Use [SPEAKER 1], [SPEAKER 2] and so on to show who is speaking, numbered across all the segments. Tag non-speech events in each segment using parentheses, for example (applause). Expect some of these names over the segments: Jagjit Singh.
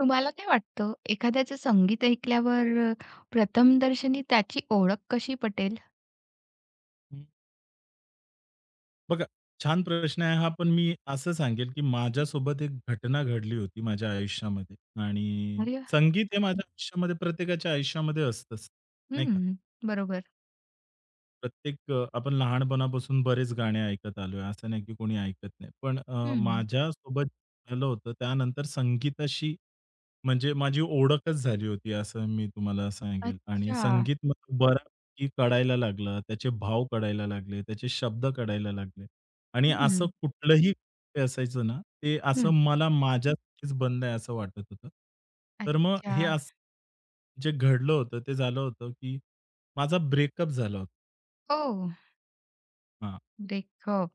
[SPEAKER 1] तुम्हाला काय वाटतं, एखाद्याचं संगीत ऐकल्यावर प्रथमदर्शनी त्याची ओळख कशी पटेल?
[SPEAKER 2] हं. बघा, छान प्रश्न आहे हा. पण मी असं सांगेल, की माझ्यासोबत एक घटना घडली होती माझ्या आयुष्यामध्ये आणि
[SPEAKER 1] अरे वाह!
[SPEAKER 2] संगीत हे माझ्या आयुष्यामध्ये प्रत्येकाच्या आयुष्यामध्ये असतंच, नाही
[SPEAKER 1] हं,
[SPEAKER 2] का?
[SPEAKER 1] बरोबर.
[SPEAKER 2] प्रत्येक आपण लहानपणापासून बरेच गाणे ऐकत आलोय. असं नाही की कोणी ऐकत नाही. पण
[SPEAKER 1] हं.
[SPEAKER 2] माझ्यासोबत झालं होतं त्यानंतर संगीताशी म्हणजे माझी ओळखच झाली होती, असं मी तुम्हाला सांगेल आणि
[SPEAKER 1] अच्छा.
[SPEAKER 2] संगीत मला बऱ्यापैकी कळायला लागलं. त्याचे भाव कळायला लागले, त्याचे शब्द कळायला लागले आणि असं
[SPEAKER 1] हं,
[SPEAKER 2] कुठलंही ते असायचं ना, ते असं
[SPEAKER 1] हं.
[SPEAKER 2] मला माझ्यासाठीच बनलंय असं वाटत होतं. तर मग हे
[SPEAKER 1] अच्छा.
[SPEAKER 2] असं जे घडलं होतं, ते झालं होतं, की माझा ब्रेकअप झाला होता.
[SPEAKER 1] हो,
[SPEAKER 2] हां,
[SPEAKER 1] ब्रेकअप.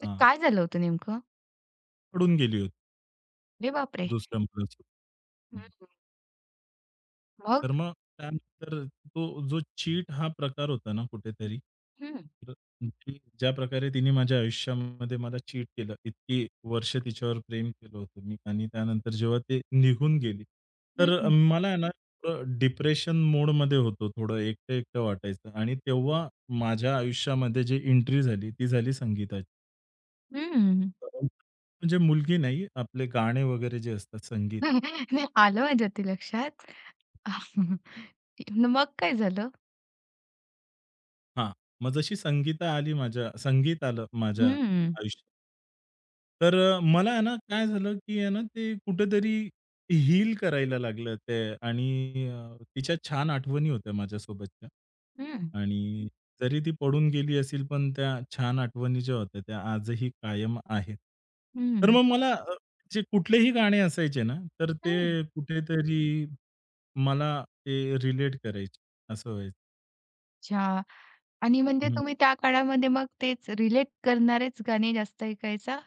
[SPEAKER 1] तर
[SPEAKER 2] हां.
[SPEAKER 1] काय झालं होतं नेमकं?
[SPEAKER 2] पडून गेली होती
[SPEAKER 1] अरे बापरे!
[SPEAKER 2] दुसऱ्या मुलासोबत.
[SPEAKER 1] हं, मग?
[SPEAKER 2] तर मग त्यानंतर तो जो चीट हा प्रकार होता ना कुठेतरी,
[SPEAKER 1] हं,
[SPEAKER 2] तर ती ज्या प्रकारे तिने माझ्या आयुष्यामध्ये मला चीट केलं, इतकी वर्ष तिच्यावर प्रेम केलं होतं मी आणि त्यानंतर जेव्हा ते निघून गेली,
[SPEAKER 1] हं,
[SPEAKER 2] तर
[SPEAKER 1] हं.
[SPEAKER 2] मला आहे ना थोडं डिप्रेशन मोडमध्ये होतो. थोडं एकटं-एकटं वाटायचं आणि तेव्हा माझ्या आयुष्यामध्ये जी एंट्री झाली, ती झाली संगीताची.
[SPEAKER 1] (laughs)
[SPEAKER 2] म्हणजे मुलगी नाही, आपले गाणे वगैरे जे असतात संगीत.
[SPEAKER 1] नाही आलं माझ्या ते लक्षात. (laughs) मग काय झालं?
[SPEAKER 2] हां. मग जशी संगीता आली माझ्या संगीत आलं माझ्या
[SPEAKER 1] हं,
[SPEAKER 2] आयुष्यात तर मला आहे ना काय झालं, की आहे ना ते कुठेतरी हील करायला लागलं ते आणि तिच्या छान आठवणी होत्या माझ्यासोबतच्या.
[SPEAKER 1] हं,
[SPEAKER 2] आणि जरी ती पडून गेली असेल, पण त्या छान आठवणी ज्या होत्या त्या आजही कायम आहेत.
[SPEAKER 1] हं,
[SPEAKER 2] तर
[SPEAKER 1] हं.
[SPEAKER 2] मग मला जे कुठलेही गाणे असायचे ना, तर ते कुठेतरी मला ते रिलेट करायचे असं व्हायचं.
[SPEAKER 1] अच्छा. आणि म्हणजे तुम्ही त्या काळामध्ये मग तेच रिलेट करणारेच गाणे जास्त ऐकायचा?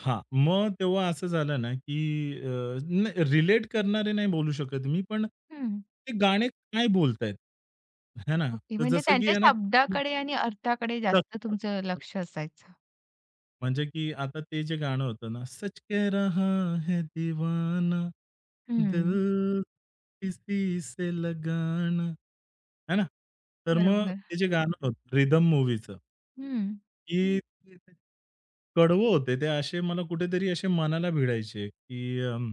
[SPEAKER 2] हां. मग तेव्हा असं झालं ना, की नाही रिलेट करणारे नाही बोलू शकत मी, पण
[SPEAKER 1] हं.
[SPEAKER 2] ते गाणे काय बोलतायत? है ना?
[SPEAKER 1] ओके.
[SPEAKER 2] तर
[SPEAKER 1] म्हणजे
[SPEAKER 2] जसं की
[SPEAKER 1] त्यांच्या
[SPEAKER 2] आहे
[SPEAKER 1] शब्दाकडे आणि अर्थाकडे
[SPEAKER 2] ना
[SPEAKER 1] जास्त तुमचं लक्ष असायचं.
[SPEAKER 2] म्हणजे की आता ते जे गाणं होतं ना, सच कह रहा है दीवाना,
[SPEAKER 1] हं.
[SPEAKER 2] दिल किसी से लगाना, है ना? तर मग
[SPEAKER 1] बरोबर.
[SPEAKER 2] ते जे गाणं होतं रिदम मूव्हीचं
[SPEAKER 1] हं.
[SPEAKER 2] की कडवं होते ते असे मला कुठेतरी असे मनाला भिडायचे, की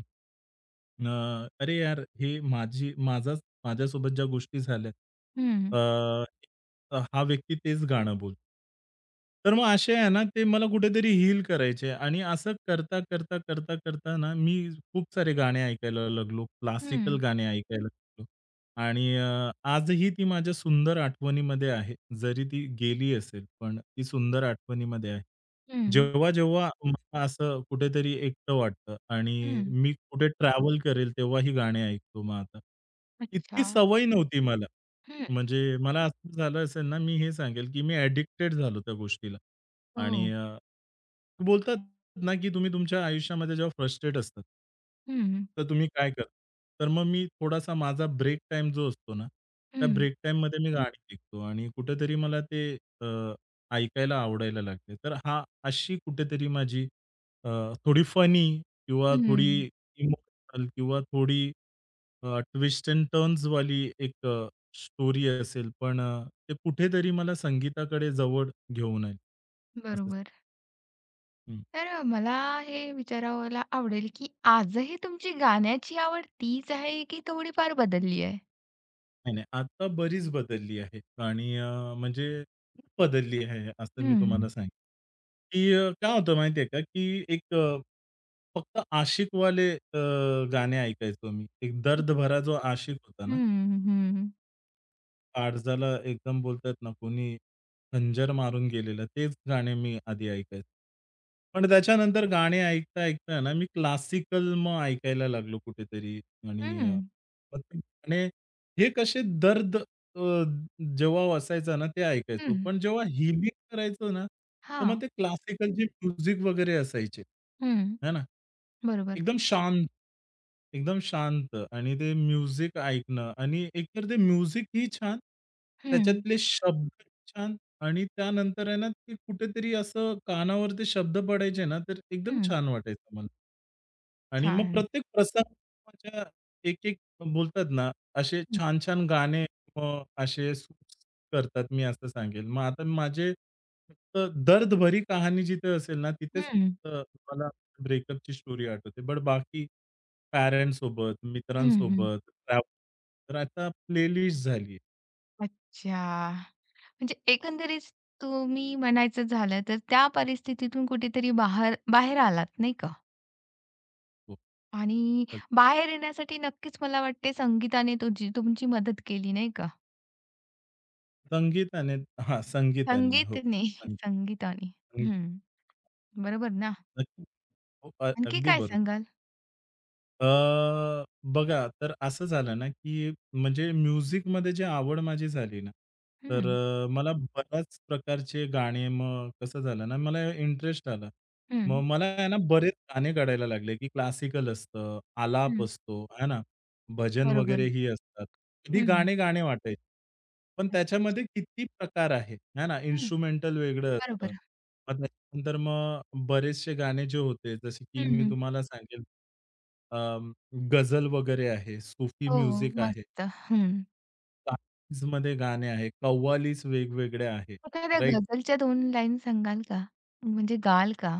[SPEAKER 2] अ, अरे यार, हे माझी माझ्यासोबत ज्या गोष्टी झाल्या,
[SPEAKER 1] हं.
[SPEAKER 2] अ, हा व्यक्ती तेच गाणं बोलतो. तर मग असे आहे ना, ते मला कुठेतरी हील करायचे आणि असं करता ना, मी खूप सारे गाणे ऐकायला लागलो. क्लासिकल
[SPEAKER 1] हं.
[SPEAKER 2] गाणे ऐकायला लागलो आणि आजही ती माझ्या सुंदर आठवणीमध्ये आहे. जरी ती गेली असेल, पण ती सुंदर आठवणीमध्ये आहे.
[SPEAKER 1] हं.
[SPEAKER 2] जेव्हा मला असं कुठेतरी एकटं वाटतं
[SPEAKER 1] हं.
[SPEAKER 2] आणि मी कुठे ट्रॅव्हल करेल तेव्हा ही गाणी ऐकतो मग आता.
[SPEAKER 1] अच्छा.
[SPEAKER 2] इतकी सवय नव्हती मला.
[SPEAKER 1] हं.
[SPEAKER 2] म्हणजे मला असं झालं असेल ना, मी हे सांगेल की मी ॲडिक्टेड झालो त्या गोष्टीला. आणि
[SPEAKER 1] हो.
[SPEAKER 2] बोलतात ना, की तुम्ही तुमच्या आयुष्यामध्ये जेव्हा फ्रस्ट्रेट असतात
[SPEAKER 1] हं.
[SPEAKER 2] तर तुम्ही काय करता? तर मग मी थोडासा माझा ब्रेक टाईम जो असतो ना, त्या
[SPEAKER 1] हं.
[SPEAKER 2] ब्रेक टाईममध्ये मी गाणी ऐकतो आणि कुठेतरी मला ते अ ऐकायला आवडायला लागले. तर हां, अशी कुठेतरी माझी अ, थोडी फनी किंवा थोडी
[SPEAKER 1] हं.
[SPEAKER 2] इमोशनल किंवा थोडी ट्विस्ट एंड टर्न्सवाली एक स्टोरी असेल, पण ते कुठेतरी मला संगीताकडे जवळ घेऊन आली. असंच.
[SPEAKER 1] बरोबर. तर मला हे विचारायला आवडेल, की आजही तुमची गाण्याची आवड तीच आहे, की थोडीफार बदलली आहे?
[SPEAKER 2] नाही, नाही. आता बरीच बदलली आहे आणि म्हणजे खूप बदलली आहे, असं मी
[SPEAKER 1] हं.
[SPEAKER 2] तुम्हाला सांगेन, की काय होतं माहिती का, की एक फक्त आशिकवाले गाणे ऐकायचो मी. एक दर्द भरा जो आशिक होता ना,
[SPEAKER 1] हं, हं.
[SPEAKER 2] काळजाला एकदम बोलतात ना, कोणी खंजर मारून गेलेलं, तेच गाणे मी आधी ऐकायचो. पण त्याच्यानंतर गाणे ऐकता-ऐकता ना, मी क्लासिकल मग ऐकायला लागलो कुठेतरी आणि
[SPEAKER 1] हं.
[SPEAKER 2] मग ते गाणे हे कसे दर्द जेव्हा वाचायचा ना, ते ऐकायचो.
[SPEAKER 1] हं.
[SPEAKER 2] पण जेव्हा हिलिंग करायचो ना, तर मग
[SPEAKER 1] हां.
[SPEAKER 2] ते क्लासिकल जे म्युझिक वगैरे असायचे,
[SPEAKER 1] हं,
[SPEAKER 2] है ना.
[SPEAKER 1] बरोबर.
[SPEAKER 2] एकदम शांत, एकदम शांत आणि ते म्युझिक ऐकणं आणि एकतर ते म्युझिकही छान,
[SPEAKER 1] हं,
[SPEAKER 2] त्याच्यातले शब्द छान आणि त्यानंतर आहे ना, ते कुठेतरी असं कानावर ते शब्द पडायचे ना, तर एकदम
[SPEAKER 1] हं.
[SPEAKER 2] छान वाटायचं मला. आणि मग
[SPEAKER 1] छान.
[SPEAKER 2] प्रत्येक प्रसंगाच्या एक-एक बोलतात ना, असे
[SPEAKER 1] हं,
[SPEAKER 2] छान-छान गाणे मग असे सूट करतात मी असं सांगेल. मग आता माझे फक्त दर्द भरी कहाणी जिथे असेल ना, तिथेच
[SPEAKER 1] हं,
[SPEAKER 2] फक्त मला ब्रेकअपची स्टोरी आठवते. बट बाकी पॅरेंट्ससोबत,
[SPEAKER 1] हं, हं.
[SPEAKER 2] मित्रांसोबत, ट्रॅव्हल तर आता प्लेलिस्ट झाली आहे.
[SPEAKER 1] अच्छा. म्हणजे एकंदरीत तुम्ही म्हणायचं झालं तर त्या परिस्थितीतून कुठेतरी बाहेर बाहेर आलात, नाही का?
[SPEAKER 2] हो.
[SPEAKER 1] आणि बाहेर येण्यासाठी नक्कीच मला वाटते संगीताने तुमची मदत केली, नाही का?
[SPEAKER 2] संगीताने हां, संगीताने. हो.
[SPEAKER 1] संगीतने,
[SPEAKER 2] संगीत.
[SPEAKER 1] संगीताने. हं, बरोबर ना?
[SPEAKER 2] नक्की. हो,
[SPEAKER 1] आणखी
[SPEAKER 2] अगदी
[SPEAKER 1] काय
[SPEAKER 2] बरोबर.
[SPEAKER 1] सांगाल?
[SPEAKER 2] अ, बघा, तर असं झालं ना, की म्हणजे म्युझिकमध्ये जी आवड माझी झाली ना, तर
[SPEAKER 1] हं,
[SPEAKER 2] मला बऱ्याच प्रकारचे गाणे मग कसं झालं ना, मला इंटरेस्ट आला. मग
[SPEAKER 1] हं,
[SPEAKER 2] मला आहे ना, बरेच गाणे काढायला लागले, की क्लासिकल असतं, आलाप
[SPEAKER 1] हं.
[SPEAKER 2] असतो, आहे ना, भजन
[SPEAKER 1] बरोबर.
[SPEAKER 2] वगैरे ही असतात. कधी
[SPEAKER 1] हं,
[SPEAKER 2] गाणे गाणे वाटायचे. पण त्याच्यामध्ये किती प्रकार आहे, आहे ना,
[SPEAKER 1] हं.
[SPEAKER 2] इन्स्ट्रुमेंटल वेगळं असतं.
[SPEAKER 1] बरोबर.
[SPEAKER 2] नंतर मग बरेचसे गाणे जे होते, जसे की
[SPEAKER 1] हं,
[SPEAKER 2] मी
[SPEAKER 1] हं.
[SPEAKER 2] तुम्हाला सांगेल अं, गझल वगैरे आहे, सुफी
[SPEAKER 1] हो,
[SPEAKER 2] म्युझिक आहे,
[SPEAKER 1] मस्त. हं.
[SPEAKER 2] तालीजमध्ये गाणे आहे, कव्वालीच वेगवेगळ्या आहे,
[SPEAKER 1] एखाद्या
[SPEAKER 2] राईट?
[SPEAKER 1] गझलच्या 2 लाईन सांगाल का? म्हणजे गाल का?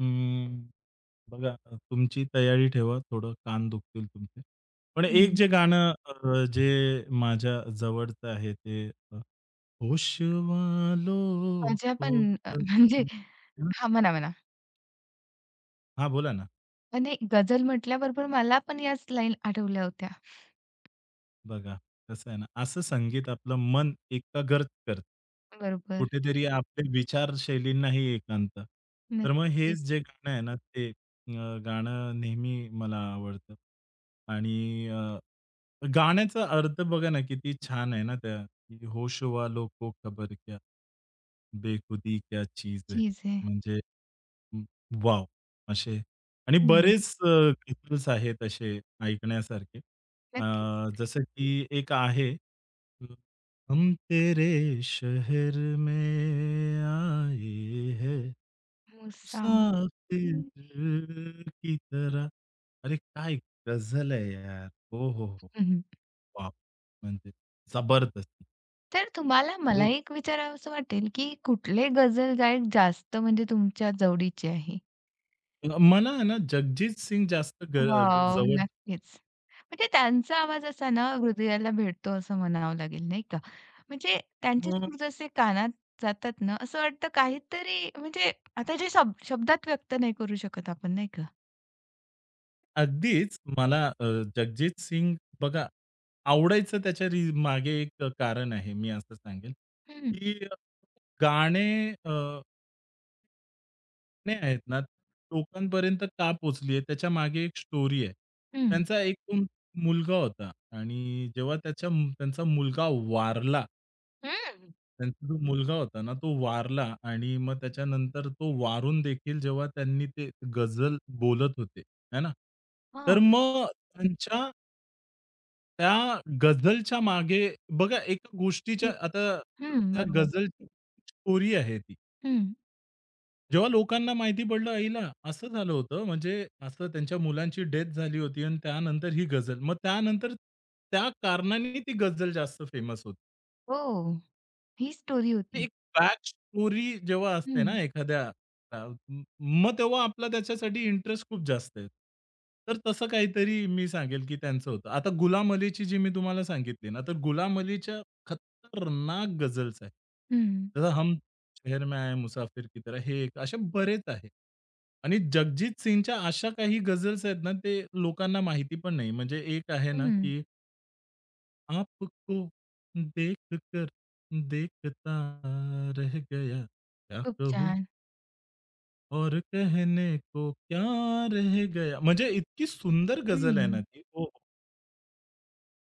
[SPEAKER 2] हम्म. बघा तुमची तयारी ठेवा, थोडं कान दुखतील तुमचे. पण एक
[SPEAKER 1] हं.
[SPEAKER 2] जे गाणं जे माझ्या जवळचं आहे ते होश वालों
[SPEAKER 1] माझ्या
[SPEAKER 2] को
[SPEAKER 1] पण (laughs) म्हणजे हां, म्हणा, म्हणा.
[SPEAKER 2] हां, बोला ना.
[SPEAKER 1] नाही गझल म्हटल्याबरोबर मला पण याच लाईन आठवल्या होत्या.
[SPEAKER 2] बघा, कसं आहे ना, असं संगीत आपलं मन एकाग्र करतं.
[SPEAKER 1] बरोबर.
[SPEAKER 2] कुठेतरी आपल्या विचारशैलींनाही एकांत. तर मग हेच
[SPEAKER 1] नक्कीच
[SPEAKER 2] जे गाणं आहे ना, ते अ, गाणं नेहमी मला आवडतं. आणि गाण्याचा अर्थ बघा ना, किती छान आहे ना त्या, की "होश वालों को खबर क्या, बेखुदी क्या चीज है."
[SPEAKER 1] चीज़े
[SPEAKER 2] म्हणजे अं, वॉव! असे आणि
[SPEAKER 1] हं.
[SPEAKER 2] बरेच गझल्स आहेत असे ऐकण्यासारखे.
[SPEAKER 1] नक्कीच.
[SPEAKER 2] अ, जसं की एक आहे, हम तेरे शहर में आये है,
[SPEAKER 1] मुसाफिर
[SPEAKER 2] मुसाफिर की तरह. अरे काय गझल आहे यार! हो, हो, हो.
[SPEAKER 1] हं, हं.
[SPEAKER 2] वॉव! म्हणजे जबरदस्त.
[SPEAKER 1] तर तुम्हाला मला
[SPEAKER 2] म्हणजे
[SPEAKER 1] एक विचारावसं वाटेल, की कुठले गझल गायक जास्त म्हणजे तुमच्या जवळीचे आहे?
[SPEAKER 2] मला आहे ना जगजीत सिंग जास्त ग
[SPEAKER 1] वॉव!
[SPEAKER 2] जवळ
[SPEAKER 1] नक्कीच. म्हणजे त्यांचा आवाज असा ना हृदयाला भेटतो असं म्हणावं लागेल नाही का? म्हणजे त्यांचे सूर जसे कानात जातात ना, असं वाटतं काहीतरी म्हणजे आता जे शब्दात व्यक्त नाही करू शकत आपण नाही का?
[SPEAKER 2] अगदीच. मला जगजीत सिंग बघा, आवडायचं त्याच्या री मागे एक कारण आहे. मी असं सांगेल,
[SPEAKER 1] हं,
[SPEAKER 2] की गाणे अ, गाणे आहेत ना, लोकांपर्यंत का पोहोचली आहे, त्याच्यामागे एक स्टोरी आहे.
[SPEAKER 1] हं.
[SPEAKER 2] त्यांचा एकूण मुलगा होता आणि जेव्हा त्याच्या त्यांचा मुलगा वारला,
[SPEAKER 1] हं.
[SPEAKER 2] त्यांचा जो मुलगा होता ना, तो वारला आणि मग त्याच्यानंतर तो वारून देखील जेव्हा त्यांनी ते गझल बोलत होते, है ना? तर
[SPEAKER 1] हां.
[SPEAKER 2] मग त्यांच्या त्या गझलच्या मागे बघा एका गोष्टीच्या
[SPEAKER 1] बरो
[SPEAKER 2] आता
[SPEAKER 1] हं,
[SPEAKER 2] त्या
[SPEAKER 1] बरोबर.
[SPEAKER 2] गझलची स्टोरी आहे ती.
[SPEAKER 1] हं.
[SPEAKER 2] जेव्हा लोकांना माहिती पडलं, "आईला असं झालं होतं." म्हणजे असं त्यांच्या मुलांची डेथ झाली होती आणि त्यानंतर ही गझल. मग त्यानंतर त्या कारणाने ती गझल जास्त फेमस होती.
[SPEAKER 1] हो, ही स्टोरी होती.
[SPEAKER 2] एक बॅक स्टोरी जेव्हा असते
[SPEAKER 1] हं,
[SPEAKER 2] ना एखाद्या अ, म मग तेव्हा आपला त्याच्यासाठी इंटरेस्ट खूप जास्त आहे. तर तसं काहीतरी मी सांगेल, की त्यांचं होतं. आता गुलाम अलीची जी मी तुम्हाला सांगितली ना, तर गुलाम अलीच्या खतरनाक गझल्स आहेत.
[SPEAKER 1] हं,
[SPEAKER 2] जसं हम शहर में आए मुसाफिर की तरह हे एक असे बरेच आहेत. आणि जगजीत सिंगच्या अशा काही गझल्स आहेत ना, ते लोकांना माहिती पण नाही. म्हणजे एक आहे ना,
[SPEAKER 1] हं.
[SPEAKER 2] की आपको देख कर देखता रह गया, क्या
[SPEAKER 1] खूप
[SPEAKER 2] कहूँ
[SPEAKER 1] छान.
[SPEAKER 2] और कहने को क्या रह गया. म्हणजे इतकी सुंदर गझल आहे ना
[SPEAKER 1] हं.
[SPEAKER 2] ती. हो, हो.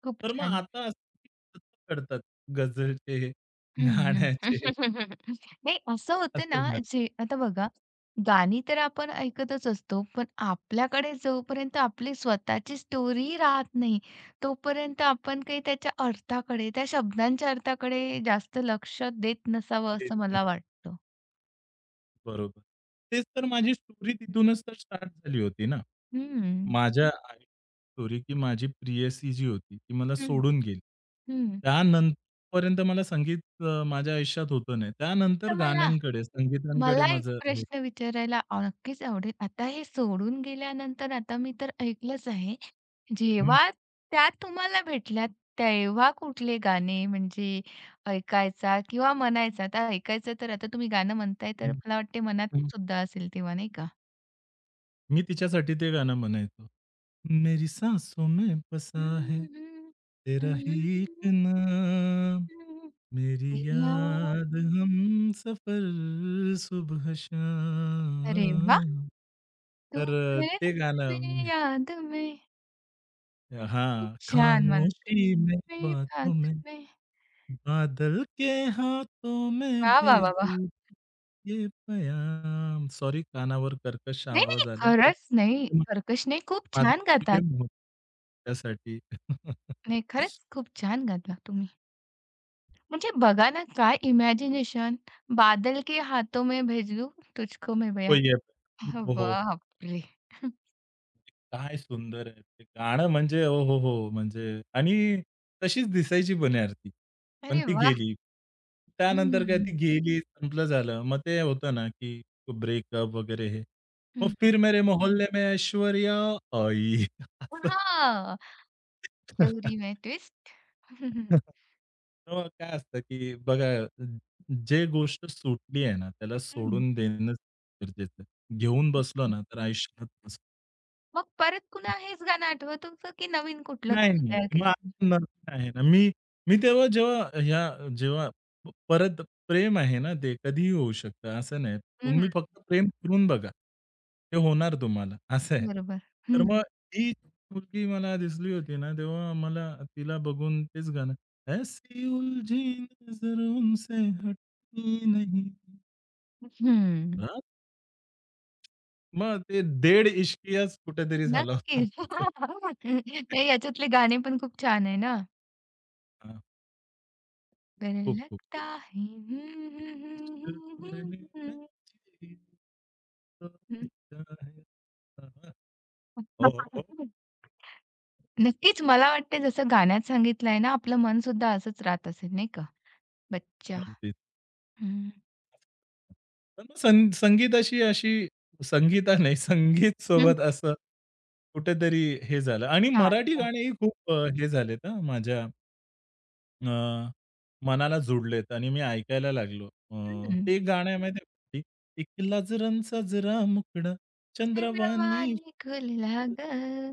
[SPEAKER 1] खूप
[SPEAKER 2] तर मग
[SPEAKER 1] छान.
[SPEAKER 2] आता असं किती करतात गझलचे,
[SPEAKER 1] हं, हं.
[SPEAKER 2] गाण्याचे
[SPEAKER 1] (laughs) नाही असं होतं
[SPEAKER 2] असं
[SPEAKER 1] ना,
[SPEAKER 2] झालं.
[SPEAKER 1] जे आता बघा गाणी तर आपण ऐकतच असतो, पण आपल्याकडे जोपर्यंत आपली स्वतःची स्टोरी राहत नाही, तोपर्यंत आपण काही त्याच्या अर्थाकडे, त्या शब्दांच्या अर्थाकडे जास्त लक्ष देत नसावं
[SPEAKER 2] तेच
[SPEAKER 1] असं
[SPEAKER 2] ना.
[SPEAKER 1] मला वाटतं.
[SPEAKER 2] बरोबर. तेच तर माझी स्टोरी तिथूनच तर स्टार्ट झाली होती ना.
[SPEAKER 1] हं,
[SPEAKER 2] माझ्या आयुष्यात स्टोरी की माझी प्रेयसी जी होती, ती मला
[SPEAKER 1] हं,
[SPEAKER 2] सोडून गेली.
[SPEAKER 1] हं.
[SPEAKER 2] त्यानंतरपर्यंत मला संगीत माझ्या आयुष्यात होतं नाही. त्यानंतर
[SPEAKER 1] तर मला
[SPEAKER 2] गाण्यांकडे, संगीतांकडे
[SPEAKER 1] मला एक
[SPEAKER 2] माझं हे
[SPEAKER 1] प्रश्न विचारायला नक्कीच आवडेल. आता हे सोडून गेल्यानंतर आता मी तर ऐकलंच आहे.
[SPEAKER 2] हं,
[SPEAKER 1] जेव्हा त्या तुम्हाला भेटल्या, तेव्हा कुठले गाणे म्हणजे ऐकायचा किंवा म्हणायचा? आता ऐकायचं तर आता तुम्ही गाणं म्हणताय, तर
[SPEAKER 2] हं,
[SPEAKER 1] मला वाटते मनात
[SPEAKER 2] हं.
[SPEAKER 1] सुद्धा असेल तेव्हा, नाही का?
[SPEAKER 2] मी तिच्यासाठी ते गाणं म्हणायचो. मेरी सासों में बसा है तेरा ही एक नाम, मेरी याद हमसफर सुबह
[SPEAKER 1] अरे वाह!
[SPEAKER 2] शाम.
[SPEAKER 1] तू
[SPEAKER 2] तर
[SPEAKER 1] है मेरे
[SPEAKER 2] ते
[SPEAKER 1] वतन
[SPEAKER 2] गाणं
[SPEAKER 1] में याद में, खूप
[SPEAKER 2] हाँ,
[SPEAKER 1] छान म्हणता
[SPEAKER 2] खामोशी में
[SPEAKER 1] मेरी
[SPEAKER 2] बातों
[SPEAKER 1] बात
[SPEAKER 2] में,
[SPEAKER 1] में.
[SPEAKER 2] बादल के हाथों में
[SPEAKER 1] वाह, वाह, वाह, वाह!
[SPEAKER 2] भेजूँ ये पयाम. सॉरी कानावर कर्कश
[SPEAKER 1] नाही, नाही,
[SPEAKER 2] आवाज आलाय,
[SPEAKER 1] खरंच नाही,
[SPEAKER 2] बट
[SPEAKER 1] कर्कश नाही, खूप छान गातात.
[SPEAKER 2] त्यासाठी. (laughs)
[SPEAKER 1] नाही, खरंच खूप छान गाता तुम्ही. म्हणजे बघा ना, काय इमॅजिनेशन. बादल के हाथों में भेज दूँ, तुझको मैं
[SPEAKER 2] तो
[SPEAKER 1] बयां.
[SPEAKER 2] येत.
[SPEAKER 1] (laughs)
[SPEAKER 2] हो, हो. हो.
[SPEAKER 1] बापरे!
[SPEAKER 2] काय सुंदर आहे ते गाणं म्हणजे ओहोहो! म्हणजे आणि तशीच दिसायची पण यार ती. पण
[SPEAKER 1] अरे
[SPEAKER 2] ती
[SPEAKER 1] वाह!
[SPEAKER 2] गेली. त्यानंतर काय
[SPEAKER 1] हं,
[SPEAKER 2] ती गेली, संपलं झालं. मग ते होतं ना, की ब्रेकअप वगैरे हे. मग
[SPEAKER 1] हं.
[SPEAKER 2] फिर मेरे मोहल्ले में ऐश्वर्या आई. असं.
[SPEAKER 1] हां, स्टोरी में ट्विस्ट.
[SPEAKER 2] मग काय असतं, की बघा जे गोष्ट सुटली आहे ना, त्याला
[SPEAKER 1] हं,
[SPEAKER 2] सोडून देणं गरजेचं आहे. घेऊन
[SPEAKER 1] खूप,
[SPEAKER 2] बसलो
[SPEAKER 1] खूप.
[SPEAKER 2] ना, तर आयुष्यात
[SPEAKER 1] (laughs) मग परत पुन्हा हेच गाणं आठवत होतं, की नवीन कुठलं
[SPEAKER 2] नाही,
[SPEAKER 1] गाणं
[SPEAKER 2] नाही.
[SPEAKER 1] तयार केलं
[SPEAKER 2] मग
[SPEAKER 1] होतं?
[SPEAKER 2] नवीन आहे ना. मी मी तेव्हा जेव्हा ह्या जेव्हा परत प्रेम आहे ना ते कधीही होऊ शकतं. असं नाही.
[SPEAKER 1] हं,
[SPEAKER 2] तुम्ही फक्त प्रेम करून बघा. ते होणार तुम्हाला असं आहे.
[SPEAKER 1] बरोबर.
[SPEAKER 2] तर
[SPEAKER 1] हं,
[SPEAKER 2] मग ही मुलगी मला दिसली होती ना, तेव्हा मला तिला बघून तेच गाणं ऐसी उलझी नजरों से हटती नहीं.
[SPEAKER 1] हं.
[SPEAKER 2] हां, मग ते 1.5 इश्कियाच कुठेतरी झाला होता.
[SPEAKER 1] नक्कीच.
[SPEAKER 2] असं.
[SPEAKER 1] (laughs) नाही, याच्यातले गाणे पण खूप छान आहे ना.
[SPEAKER 2] हां.
[SPEAKER 1] दिल
[SPEAKER 2] खूप, खूप.
[SPEAKER 1] लगता है. हं, हं,
[SPEAKER 2] इश्क
[SPEAKER 1] हं, हं,
[SPEAKER 2] करने
[SPEAKER 1] हं,
[SPEAKER 2] में
[SPEAKER 1] हं,
[SPEAKER 2] जी तो अच्छा है हां. हो, हो, हो.
[SPEAKER 1] (laughs) नक्कीच मला वाटते जसं गाण्यात सांगितलंय ना, आपलं मनसुद्धा असंच राहत असेल नाही का? बच्चा
[SPEAKER 2] अगदीच.
[SPEAKER 1] हं,
[SPEAKER 2] तर मग संगीताशी अशी संगीता नाही, संगीत
[SPEAKER 1] हं,
[SPEAKER 2] सोबत असं कुठेतरी हे झालं आणि मराठी
[SPEAKER 1] आता
[SPEAKER 2] गाणेही खूप हे झालेत हां, माझ्या अ, मनाला जुडलेत आणि मी ऐकायला लागलो.
[SPEAKER 1] हं,
[SPEAKER 2] ते गाणं आहे माहिती आहे, "एक लाजरांचा जरा मुखडा चंद्रवाणी"
[SPEAKER 1] चंद्रवाणी खुलला गं,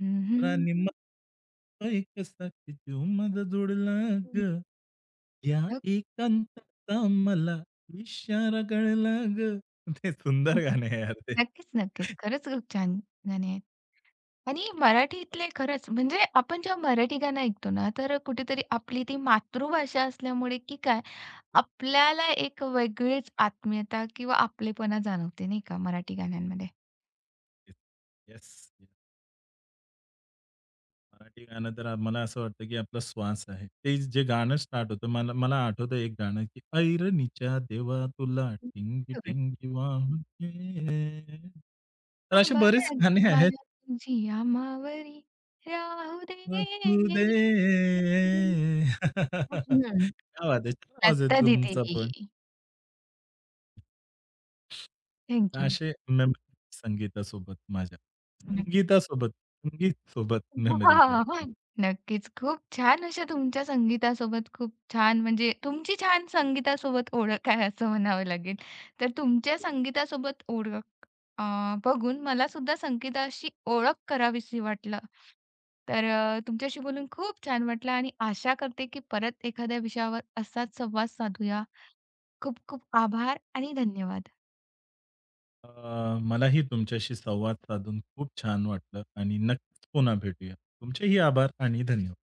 [SPEAKER 1] हं, हं,
[SPEAKER 2] राणी मा एक साथी जीव माझा जोडला
[SPEAKER 1] हं.
[SPEAKER 2] गं. या एकांताचा मला इशारा कळला गं. ते सुंदर गाणं आहे यार ते.
[SPEAKER 1] नक्कीच, नक्कीच. खरंच खूप छान गाणी आहेत. आणि मराठीतले खरंच म्हणजे आपण जेव्हा मराठी गाणं ऐकतो ना, तर कुठेतरी आपली ती मातृभाषा असल्यामुळे की काय, आपल्याला एक वेगळीच आत्मीयता किंवा आपलेपणा जाणवते नाही का मराठी गाण्यांमध्ये?
[SPEAKER 2] येस, मराठी गाणं तर मला असं वाटतं, की आपला श्वास आहे. ते जे गाणं स्टार्ट होतं मला मला आठवतं एक गाणं, की "ऐरणीच्या देवा तुला टिंगी टिंगी वाहू दे." तर असे
[SPEAKER 1] आभाळ
[SPEAKER 2] बरेच गाणे आहेत.
[SPEAKER 1] गगमाला तुझी आमावरी राहू दे.
[SPEAKER 2] वाहू (laughs)
[SPEAKER 1] हं,
[SPEAKER 2] क्या बात आहे! छान आवाज आहे
[SPEAKER 1] लता दीदी.
[SPEAKER 2] तुमचा पण.
[SPEAKER 1] थँक
[SPEAKER 2] असे मेमरीज संगीतासोबत माझ्या. संगीतासोबत, संगीतसोबत
[SPEAKER 1] (laughs)
[SPEAKER 2] मेमरीज आहेत.
[SPEAKER 1] हां. नक्कीच. खूप छान अशा तुमच्या संगीतासोबत खूप छान म्हणजे तुमची छान संगीतासोबत ओळख आहे असं म्हणावं लागेल. तर तुमच्या संगीतासोबत ओळख अ, बघून मला सुद्धा संगीताशी ओळख करावीशी वाटलं. तर तुमच्याशी बोलून खूप छान वाटलं आणि आशा करते की परत एखाद्या विषयावर असाच संवाद साधूया. खूप खूप आभार आणि धन्यवाद.
[SPEAKER 2] मलाही तुमच्याशी संवाद साधून खूप छान वाटलं आणि नक्कीच पुन्हा भेटूया. तुमचेही आभार आणि धन्यवाद.